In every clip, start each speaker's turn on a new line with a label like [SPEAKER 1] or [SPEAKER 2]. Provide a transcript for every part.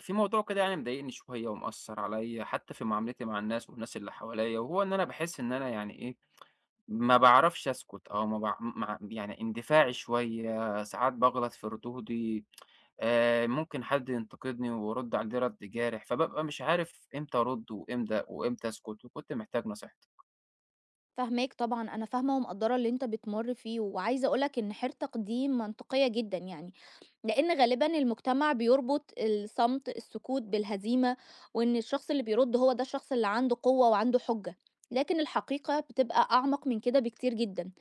[SPEAKER 1] في موضوع كده يعني مضايقني شوية ومأثر عليا حتى في معاملتي مع الناس والناس اللي حواليا، وهو إن أنا باحس إن أنا يعني إيه، ما باعرفش أسكت أو ما باع مع يعني اندفاعي شوية. ساعات باغلط في ردودي، ممكن حد ينتقدني وأرُد عليه رَد جارح، فبابقى مش عارف إمتى أرُد وإمتى أسكت، وكنت محتاج نصيحتك.
[SPEAKER 2] فاهماك طبعًا، أنا فاهمة ومقدّرة اللي أنت بتمُر فيه، وعايزة أقول لك إن حيرتك دي منطقية جدًا يعني، لإن غالبًا المجتمع بيربط الصمت، السكوت بالهزيمة، وإن الشخص اللي بيرُد هو ده الشخص اللي عنده قوة وعنده حُجة، لكن الحقيقة بتبقى أعمق من كده بكتير جدًا،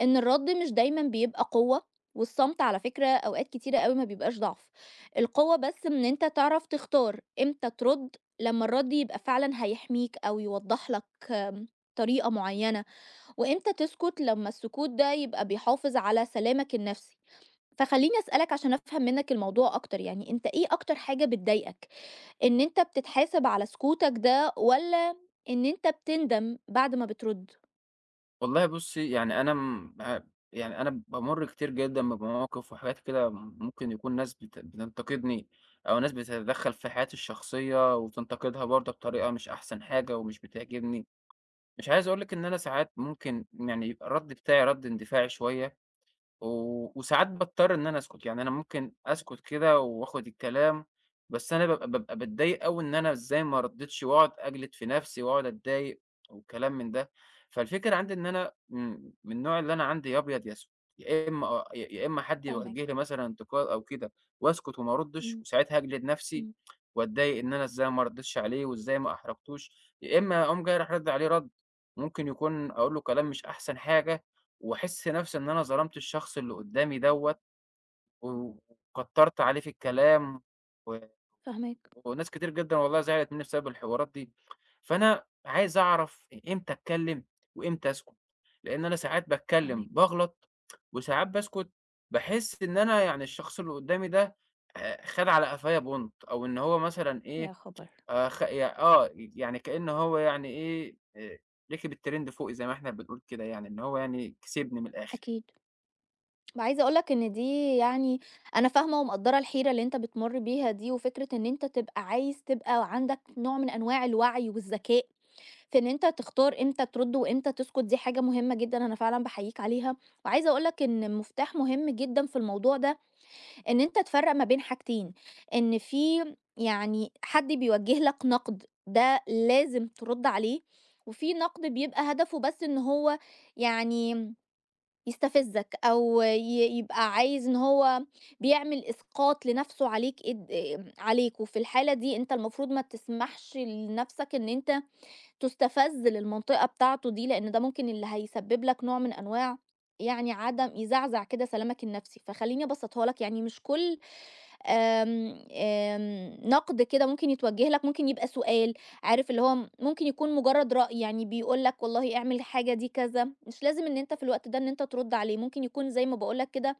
[SPEAKER 2] إن الرَد مش دايمًا بيبقى قوة، والصمت على فكرة أوقات كتيرة أوي ما بيبقاش ضعف، القوة بس إن أنت تعرف تختار إمتى ترُد، لمّا الرَد يبقى فعلًا هيحميك أو يوضّح لك آمم، طريقة معيّنة، وإمتى تسكت لما السكوت ده يبقى بيحافظ على سلامك النفسي. فخليني أسألك عشان أفهم منك الموضوع أكتر، يعني أنت إيه أكتر حاجة بتضايقك؟ إن أنت بتتحاسب على سكوتك ده، ولا إن أنت بتندم بعد ما بترد؟
[SPEAKER 1] والله بُصّي، يعني أنا م ع يعني أنا بامُر كتير جدًا بمواقف وحاجات كده، ممكن يكون ناس بتنتقدني، أو ناس بتتدخّل في حياتي الشخصية وتنتقدها برضه بطريقة مش أحسن حاجة ومش بتعجبني. مش عايز أقول لِك إن أنا ساعات ممكن يعني يبقى الرَد بتاعي رَد اندفاعي شوية، وساعات باضطر إن أنا أسكت. يعني أنا ممكن أسكت كده وآخد الكلام، بس أنا بابقى باتضايق أوي إن أنا إزاي ما ردّيتش، وأقعد أجلد في نَفْسي وأقعد أتضايق وكلام من ده. فالفكرة عندي إن أنا من النوع اللي أنا عندي يا أبيض يا أسود. يا إمّا آه، يا إمّا حد
[SPEAKER 2] فاهمك.
[SPEAKER 1] يوجه لي مثلًا انتقاد أو كده وأسكت وما أردّش،
[SPEAKER 2] مم،
[SPEAKER 1] وساعتها أجلد نَفْسي
[SPEAKER 2] مم.
[SPEAKER 1] وأتضايق إن أنا إزاي ما ردّيتش عليه وإزاي ما أحرجتوش. يا إمّا أقوم جاي رايح رادّ عليه رَد، ممكن يكون أقول له كلام مش أحسن حاجة، وأحس نفسي إن أنا ظلمت الشخص اللي قدّامي دوّة، و وكتّرت عليه في الكلام. و
[SPEAKER 2] فاهمك.
[SPEAKER 1] وناس كتير جدًا والله زعلت منّي بسبب الحوارات دي. فأنا عايز أعرف إمتى أتكلّم وإمتى أسكت، لإن أنا ساعات باتكلّم
[SPEAKER 2] فاهمك.
[SPEAKER 1] باغلط، وساعات باسكت باحس إن أنا يعني الشخص اللي قدّامي ده خَد على قفايا بُmonط، أو إن هو مثلًا إيه،
[SPEAKER 2] يا خبر.
[SPEAKER 1] خ ي آه، يعني كإن هو يعني إيه، ركب الترند فوقي زي ما إحنا بنقول كده يعني، إن هو يعني كسبني من الآخر.
[SPEAKER 2] أكيد. وعايزة أقولك إن دي يعني، أنا فاهمة ومقدرة الحيرة اللي أنت بتمر بيها دي، وفكرة إن أنت تبقى عايز تبقى عندك نوع من أنواع الوعي والذكاء في إن أنت تختار إمتى ترد وإمتى تسكت، دي حاجة مهمة جدًا، أنا فعلًا باحييك عليها. وعايزة أقول لك إن مفتاح مهم جدًا في الموضوع ده إن أنت تفرّق ما بين حاجتين، إن في يعني حد بيوجه لك نقد ده لازم ترد عليه، وفي نقد بيبقى هدفه بس إن هو يعني يستفزك، أو يبقى عايز إن هو بيعمل إسقاط لنفسه عليك، إد آمم، عليك، وفي الحالة دي أنت المفروض ما تسمحش لنفسك إن أنت تُستَفَز للمنطقة بتاعته دي، لإن ده ممكن اللي هيسبب لك نوع من أنواع، يعني عدم، يزعزع كده سلامك النفسي. فخلّيني أبسّطها لك، يعني مش كل آمم، آمم، نقد كده ممكن يتوجه لك ممكن يبقى سؤال، عارف اللي هو، ممكن يكون مجرد رأي، يعني بيقول لك والله اعمل الحاجة دي كذا، مش لازم إن أنت في الوقت ده إن أنت ترد عليه، ممكن يكون زي ما باقول لك كده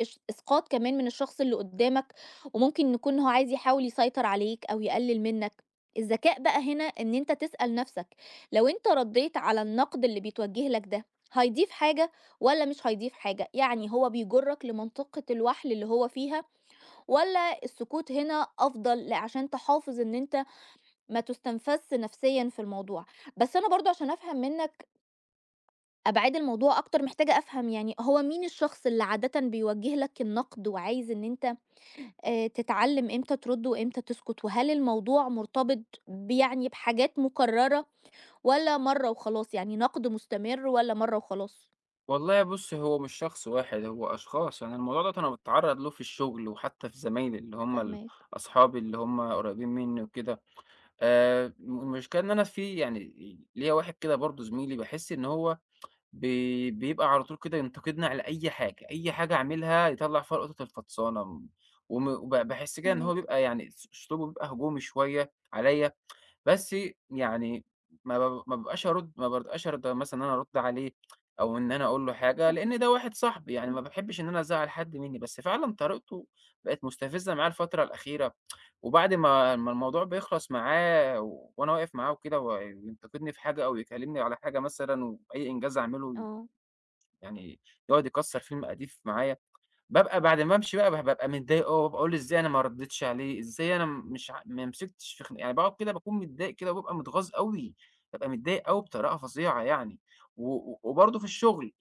[SPEAKER 2] إسقاط كمان من الشخص اللي قدّامك، وممكن يكون هو عايز يحاول يسيطر عليك أو يقلل منّك. الذكاء بقى هنا إن أنت تسأل نَفْسك، لو أنت ردّيت على النقد اللي بيتوجه لك ده، هيضيف حاجة والّا مش هيضيف حاجة؟ يعني هو بيجرّك لمنطقة الوَحْل اللي هو فيها، والّا السكوت هنا أفضل عشان تحافظ إن أنت ما تُستنفذش نفسيًا في الموضوع. بس أنا برضه عشان أفهم منّك أبعاد الموضوع أكتر، محتاجة أفهم، يعني هو مين الشخص اللي عادةً بيوجه لك النقد وعايز إن أنت تتعلم إمتى ترُد وإمتى تسكت، وهل الموضوع مرتبط يعني بحاجات مكررة والّا مرّة وخلاص، يعني نقد مستمر والّا مرّة وخلاص؟
[SPEAKER 1] والله بُص، هو مش شخص واحد، هو أشخاص. يعني الموضوع دوّة أنا باتعرّض له في الشغل، وحتى في زمايلي اللي هم
[SPEAKER 2] فاهماك.
[SPEAKER 1] أصحابي اللي هم قريبين منّي وكده. المشكلة إن أنا في، يعني ليّا واحد كده برضه زميلي، باحس إن هو بيبقى على طول كده ينتقدني على أي حاجة، أي حاجة أعملها يطلّع فيها القطط الفطسانة. م وم وب باحس كده إن هو
[SPEAKER 2] فاهماك.
[SPEAKER 1] بيبقى يعني أسلوبه بيبقى هجومي شوية عليّا. بس يعني ما بابقاش أرضى مثلًا إن أنا أرُد عليه، أو إن أنا أقول له حاجة، لإن ده
[SPEAKER 2] فاهماك.
[SPEAKER 1] واحد صاحبي، يعني ما
[SPEAKER 2] إمم.
[SPEAKER 1] باحبش إن أنا أزعّل حد منّي. بس فعلًا طريقته بقت مستفزة معايا الفترة الأخيرة، وبعد ما الموضوع بيخلص معاه وأنا واقف معاه وكده وينتقدني في حاجة أو يكلّمني على حاجة مثلًا، وأي إنجاز أعمله
[SPEAKER 2] آه.
[SPEAKER 1] يعني يقعد يكسّر فيه المقاديف معايا. بابقى بعد ما بامشي بقى بابقى متضايق أوي، باقول إزاي أنا ما ردّيتش عليه، إزاي أنا مش ع ما مسكتش في يعني باقعد كده باكون متضايق كده، وبابقى متغاظ أوي، بابقى متضايق أوي بطريقة فظيعة يعني. و و وبرضه في الشغل.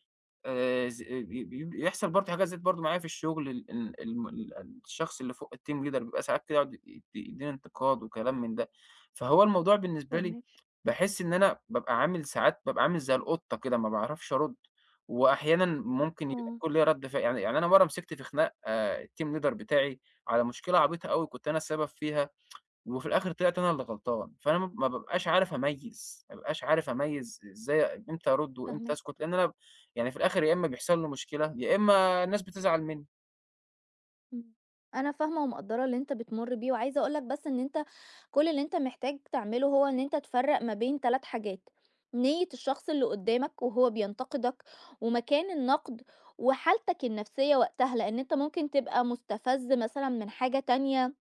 [SPEAKER 1] ز بي بي بيحصل برضه حاجة زيّت برضه معايا في الشغل. ال ال الم ال الشخص اللي فوق الteam leader بيبقى ساعات كده يقعد يدّيني انتقاد وكلام من ده. فهو الموضوع بالنسبة لي،
[SPEAKER 2] فاهماك.
[SPEAKER 1] باحس إن أنا بابقى عامل، ساعات بابقى عامل زي القطة كده ما باعرفش أرُد. وأحيانًا ممكن
[SPEAKER 2] آه.
[SPEAKER 1] يكون ليّا رَد فعل، يعني أنا مرّة مسكت في خناق الteam leader بتاعي على مشكلة عبيطة أوي كنت أنا السبب فيها، وفي الآخر طلعت أنا اللي غلطان. فأنا ما بابقاش عارف أميّز، ما بابقاش عارف أميّز إزاي إمتى أرُد وإمتى
[SPEAKER 2] فاهماك.
[SPEAKER 1] أسكت، لإن أنا يعني في الآخر يا إمّا بيحصل لي مشكلة، يا إمّا الناس بتزعل منّي.
[SPEAKER 2] إمم. أنا فاهمة ومقدّرة اللي أنت بتمُر بيه، وعايزة أقول لك بس إن أنت كل اللي أنت محتاج تعمله هو إن أنت تفرّق ما بين 3 حاجات، نيّة الشخص اللي قدّامك وهو بينتقدك، ومكان النقد، وحالتك النفسية وقتها، لإن أنت ممكن تبقى مُستفَز مثلًا من حاجة تانية،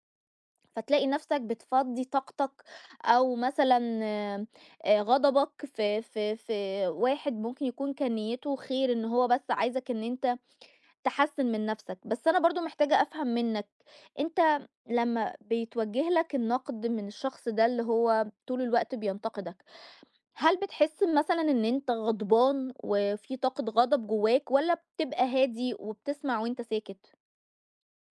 [SPEAKER 2] فتلاقي نفسك بتفضّي طاقتك، أو مثلًا غضبك في واحد ممكن يكون كان نيّته خير إن هو بس عايزك إن أنت تحسّن من نَفْسك. بس أنا برضه محتاجة أفهم منّك، أنت لمّا بيتوجّه لك النَقْد من الشخص ده اللي هو طول الوقت بينتقدك، هل بتحس مثلًا إن أنت غضبان وفي طاقة غضب جوّاك، والّا بتبقى هادي وبتسمع وأنت ساكت؟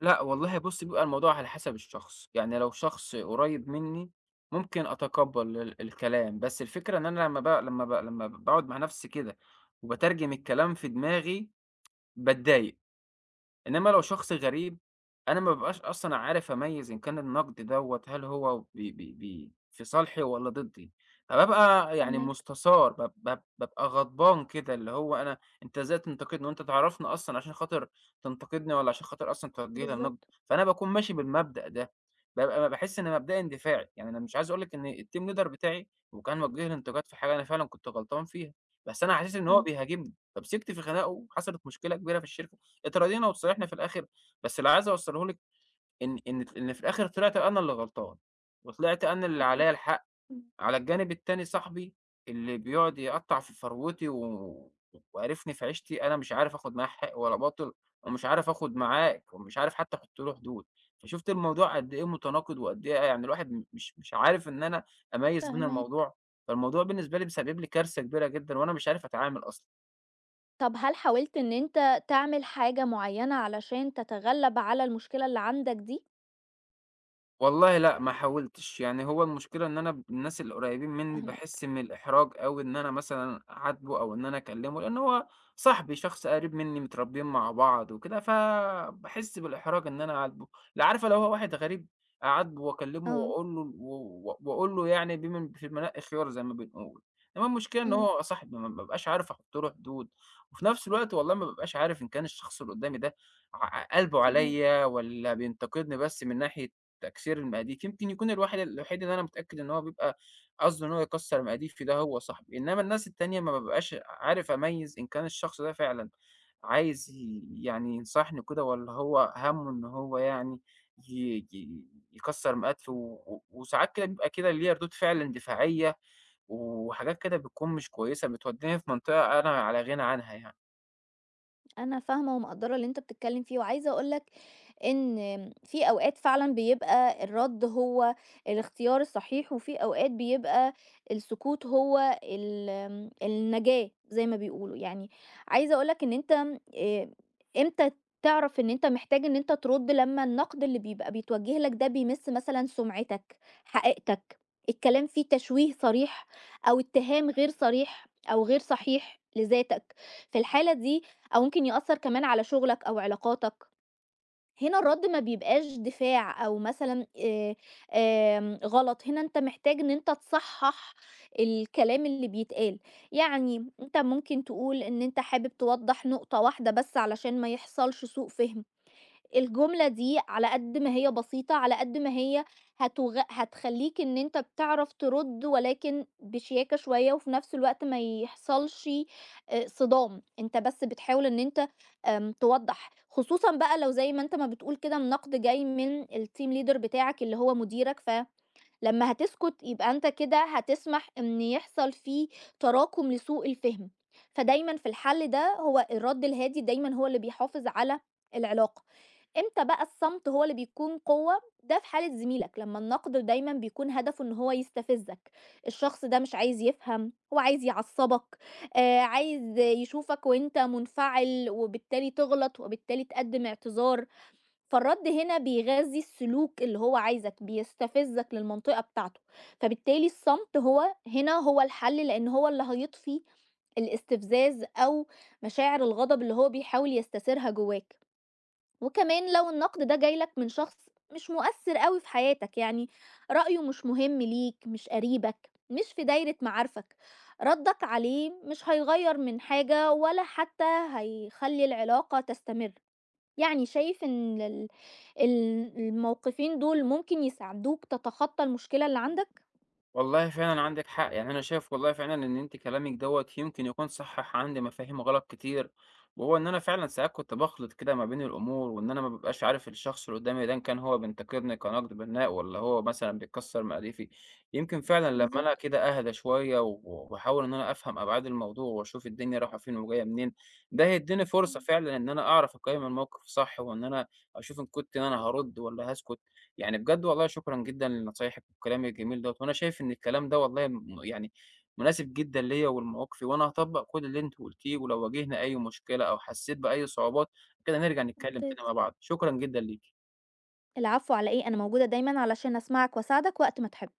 [SPEAKER 1] لأ والله بُصّ، بيبقى الموضوع على حسب الشخص. يعني لو شخص قريّب منّي ممكن أتقبّل الكلام، بس الفكرة إن أنا لمّا باقعد مع نَفْسي كده وباترجم الكلام في دماغي باتضايق. إنما لو شخص غريب، أنا ما بابقاش أصلًا عارف أميّز إن كان النقد دوّة هل هو بي بي بي في صالحي والّا ضدي، فبابقى يعني
[SPEAKER 2] فاهماك.
[SPEAKER 1] مستثار، بابقى غضبان كده، اللي هو أنا أنت إزاي تنتقدني وأنت تعرفني أصلًا، عشان خاطر تنتقدني والّا عشان خاطر أصلًا توجه لي النقد؟
[SPEAKER 2] بالضبط.
[SPEAKER 1] فأنا باكون ماشي بالمبدأ ده، بابقى باحس إن مبدئي اندفاعي. يعني أنا مش عايز أقول لِك إن الteam leader بتاعي وكان موجه لي انتقاد في حاجة أنا فعلًا كنت غلطان فيها، بس أنا حسيت إن هو
[SPEAKER 2] إمم.
[SPEAKER 1] بيهاجمني، فمسكت في خناقه وحصلت مشكلة كبيرة في الشركة. اتراضينا وتصالحنا في الآخر، بس اللي عايز أوصله لِك إن في الآخر طلعت أنا اللي غلطان، وطلعت أنا اللي
[SPEAKER 2] أكيد.
[SPEAKER 1] عليَّ الحق.
[SPEAKER 2] إمم.
[SPEAKER 1] على الجانب التاني صاحبي اللي بيقعد يقطّع في فروتي وقارفني في عيشتي، أنا مش عارف آخد معاه حق ولا باطل، ومش عارف آخد معاه، ومش عارف حتى أحط له حدود. فشُفت الموضوع قد إيه متناقض، وقد إيه يعني الواحد م مش مش عارف إن أنا أميّز بين
[SPEAKER 2] فاهماك.
[SPEAKER 1] الموضوع. فالموضوع بالنسبة لي مسبب لي كارثة كبيرة جدًا، وأنا مش عارف أتعامل أصلًا.
[SPEAKER 2] طَب هل حاولت إن أنت تعمل حاجة معيّنة علشان تتغلّب على المشكلة اللي عندك دي؟
[SPEAKER 1] والله لأ، ما حاولتش. يعني هو المشكلة إن أنا الناس القريبين مني
[SPEAKER 2] فاهماك.
[SPEAKER 1] باحس من الإحراج أوي إن أنا مثلًا أعاتبه أو إن أنا أكلمه، لأن هو صاحبي، شخص قريب مني، متربيين مع بعض وكده، فباحس بالإحراج إن أنا أعاتبه. لأ، عارفة لو هو واحد غريب أعاتبه وأكلمه
[SPEAKER 2] آه.
[SPEAKER 1] وأقول له، يعني بمن في المناقي خيار زي ما بنقول. إنما المشكلة إن
[SPEAKER 2] إمم.
[SPEAKER 1] هو صاحبي، ما بابقاش عارف أحط له حدود. وفي نفس الوقت والله ما بابقاش عارف إن كان الشخص اللي قدامي ده ع قلبه
[SPEAKER 2] فاهماك.
[SPEAKER 1] عليَّ، والّا بينتقدني بس من ناحية تكسير المقاديف. يمكن يكون الواحد الوحيد اللي أنا متأكد إن هو بيبقى قصده إن هو يكسّر مقاديفي ده هو صاحبي، إنّما الناس التانية ما بابقاش عارف أميّز إن كان الشخص ده فعلًا عايز يعني ينصحني وكده، والّا هو هَمّه إن هو يعني ي ي يكسّر مقادفي. و و وساعات كده بيبقى كده ليّا ردود فعل اندفاعية، وحاجات كده بتكون مش كويسة بتودّيني في منطقة أنا على غِنى عنها يعني.
[SPEAKER 2] انا فاهمه ومقدره اللي انت بتتكلم فيه، وعايزه اقولك ان في اوقات فعلا بيبقى الرد هو الاختيار الصحيح، وفي اوقات بيبقى السكوت هو النجاه زي ما بيقولوا يعني. عايزه اقولك ان انت إيه، امتى تعرف ان انت محتاج ان انت ترد، لما النقد اللي بيبقى بيتوجه لك ده بيمس مثلا سمعتك، حقيقتك، الكلام فيه تشويه صريح، او اتهام غير صريح او غير صحيح لذاتك، في الحالة دي أو ممكن يأثّر كمان على شُغلك أو علاقاتك. هنا الرَد ما بيبقاش دفاع أو مثلًا آمم غلط، هنا أنت محتاج إن أنت تصحّح الكلام اللي بيتقال. يعني أنت ممكن تقول إن أنت حابب توضّح نقطة واحدة بس علشان ما يحصلش سوء فِهم. الجملة دي على قد ما هي بسيطة، على قد ما هي هتخلّيك إن أنت بتعرف ترُد ولكن بشياكة شوية، وفي نفس الوقت ما يحصلش صدام، أنت بس بتحاول إن أنت توضّح، خصوصًا بقى لو زي ما أنت ما بتقول كده النقد جاي من الteam leader بتاعك اللي هو مديرك، فلمّا هتسكت يبقى أنت كده هتسمح إن يحصل في تراكم لسوء الفهم، فدايمًا في الحل ده هو الرَد الهادي، دايمًا هو اللي بيحافظ على العلاقة. إمتى بقى الصمت هو اللي بيكون قوة؟ ده في حالة زميلك لما النقد دايما بيكون هدفه إن هو يستفزك، الشخص ده مش عايز يفهم، هو عايز يعصبك، آه، عايز يشوفك وأنت منفعل وبالتالي تغلط وبالتالي تقدم اعتذار، فالرد هنا بيغذي السلوك اللي هو عايزك بيستفزك للمنطقة بتاعته، فبالتالي الصمت هو هنا هو الحل، لأن هو اللي هيطفي الاستفزاز أو مشاعر الغضب اللي هو بيحاول يستثيرها جواك. وكمان لو النقد ده جايلك من شخص مش مؤثر قوي في حياتك، يعني رأيه مش مهم ليك، مش قريبك، مش في دايرة معارفك، ردك عليه مش هيغير من حاجة، ولا حتى هيخلي العلاقة تستمر. يعني شايف ان الموقفين دول ممكن يساعدوك تتخطى المشكلة اللي عندك.
[SPEAKER 1] والله فعلًا عندِك حق. يعني أنا شايف والله فعلًا إن أنتِ كلامِك دوّة يمكن يكون صحّح عندي مفاهيم غلط كتير، وهو إن أنا فعلًا ساعات كنت باخلط كده ما بين الأمور، وإن أنا ما بابقاش عارف الشخص اللي قدامي ده إن كان هو بينتقدني كنقد بناء، والّا هو مثلًا بيكسّر مقاديفي. يمكن فعلًا لمّا أنا
[SPEAKER 2] بالظبط.
[SPEAKER 1] كده أهدى شوية، وأحاول إن أنا أفهم أبعاد الموضوع، وأشوف الدنيا رايحة فين وجاية منين، ده هيدّيني فرصة
[SPEAKER 2] مم.
[SPEAKER 1] فعلًا إن أنا أعرف أقيّم الموقف صح، وإن أنا أشوف إن كنت أنا هارُد والّا هاسكت. يعني بجد والله شكرًا جدًا لنصايحِك والكلام الجميل دوّة، وأنا شايف إن الكلام ده والله يعني مناسب جدًا ليّا ولمواقفي، وأنا هاطبّق كل اللي أنت قُلتيه، ولو واجهنا أي مشكلة أو حسّيت بأي صعوبات كده نرجع نتكلّم تاني مع
[SPEAKER 2] ممتاز.
[SPEAKER 1] بعض. شكرًا جدًا ليكِ.
[SPEAKER 2] العفو، على ايه، انا موجودة دايما علشان اسمعك واساعدك وقت ما تحب.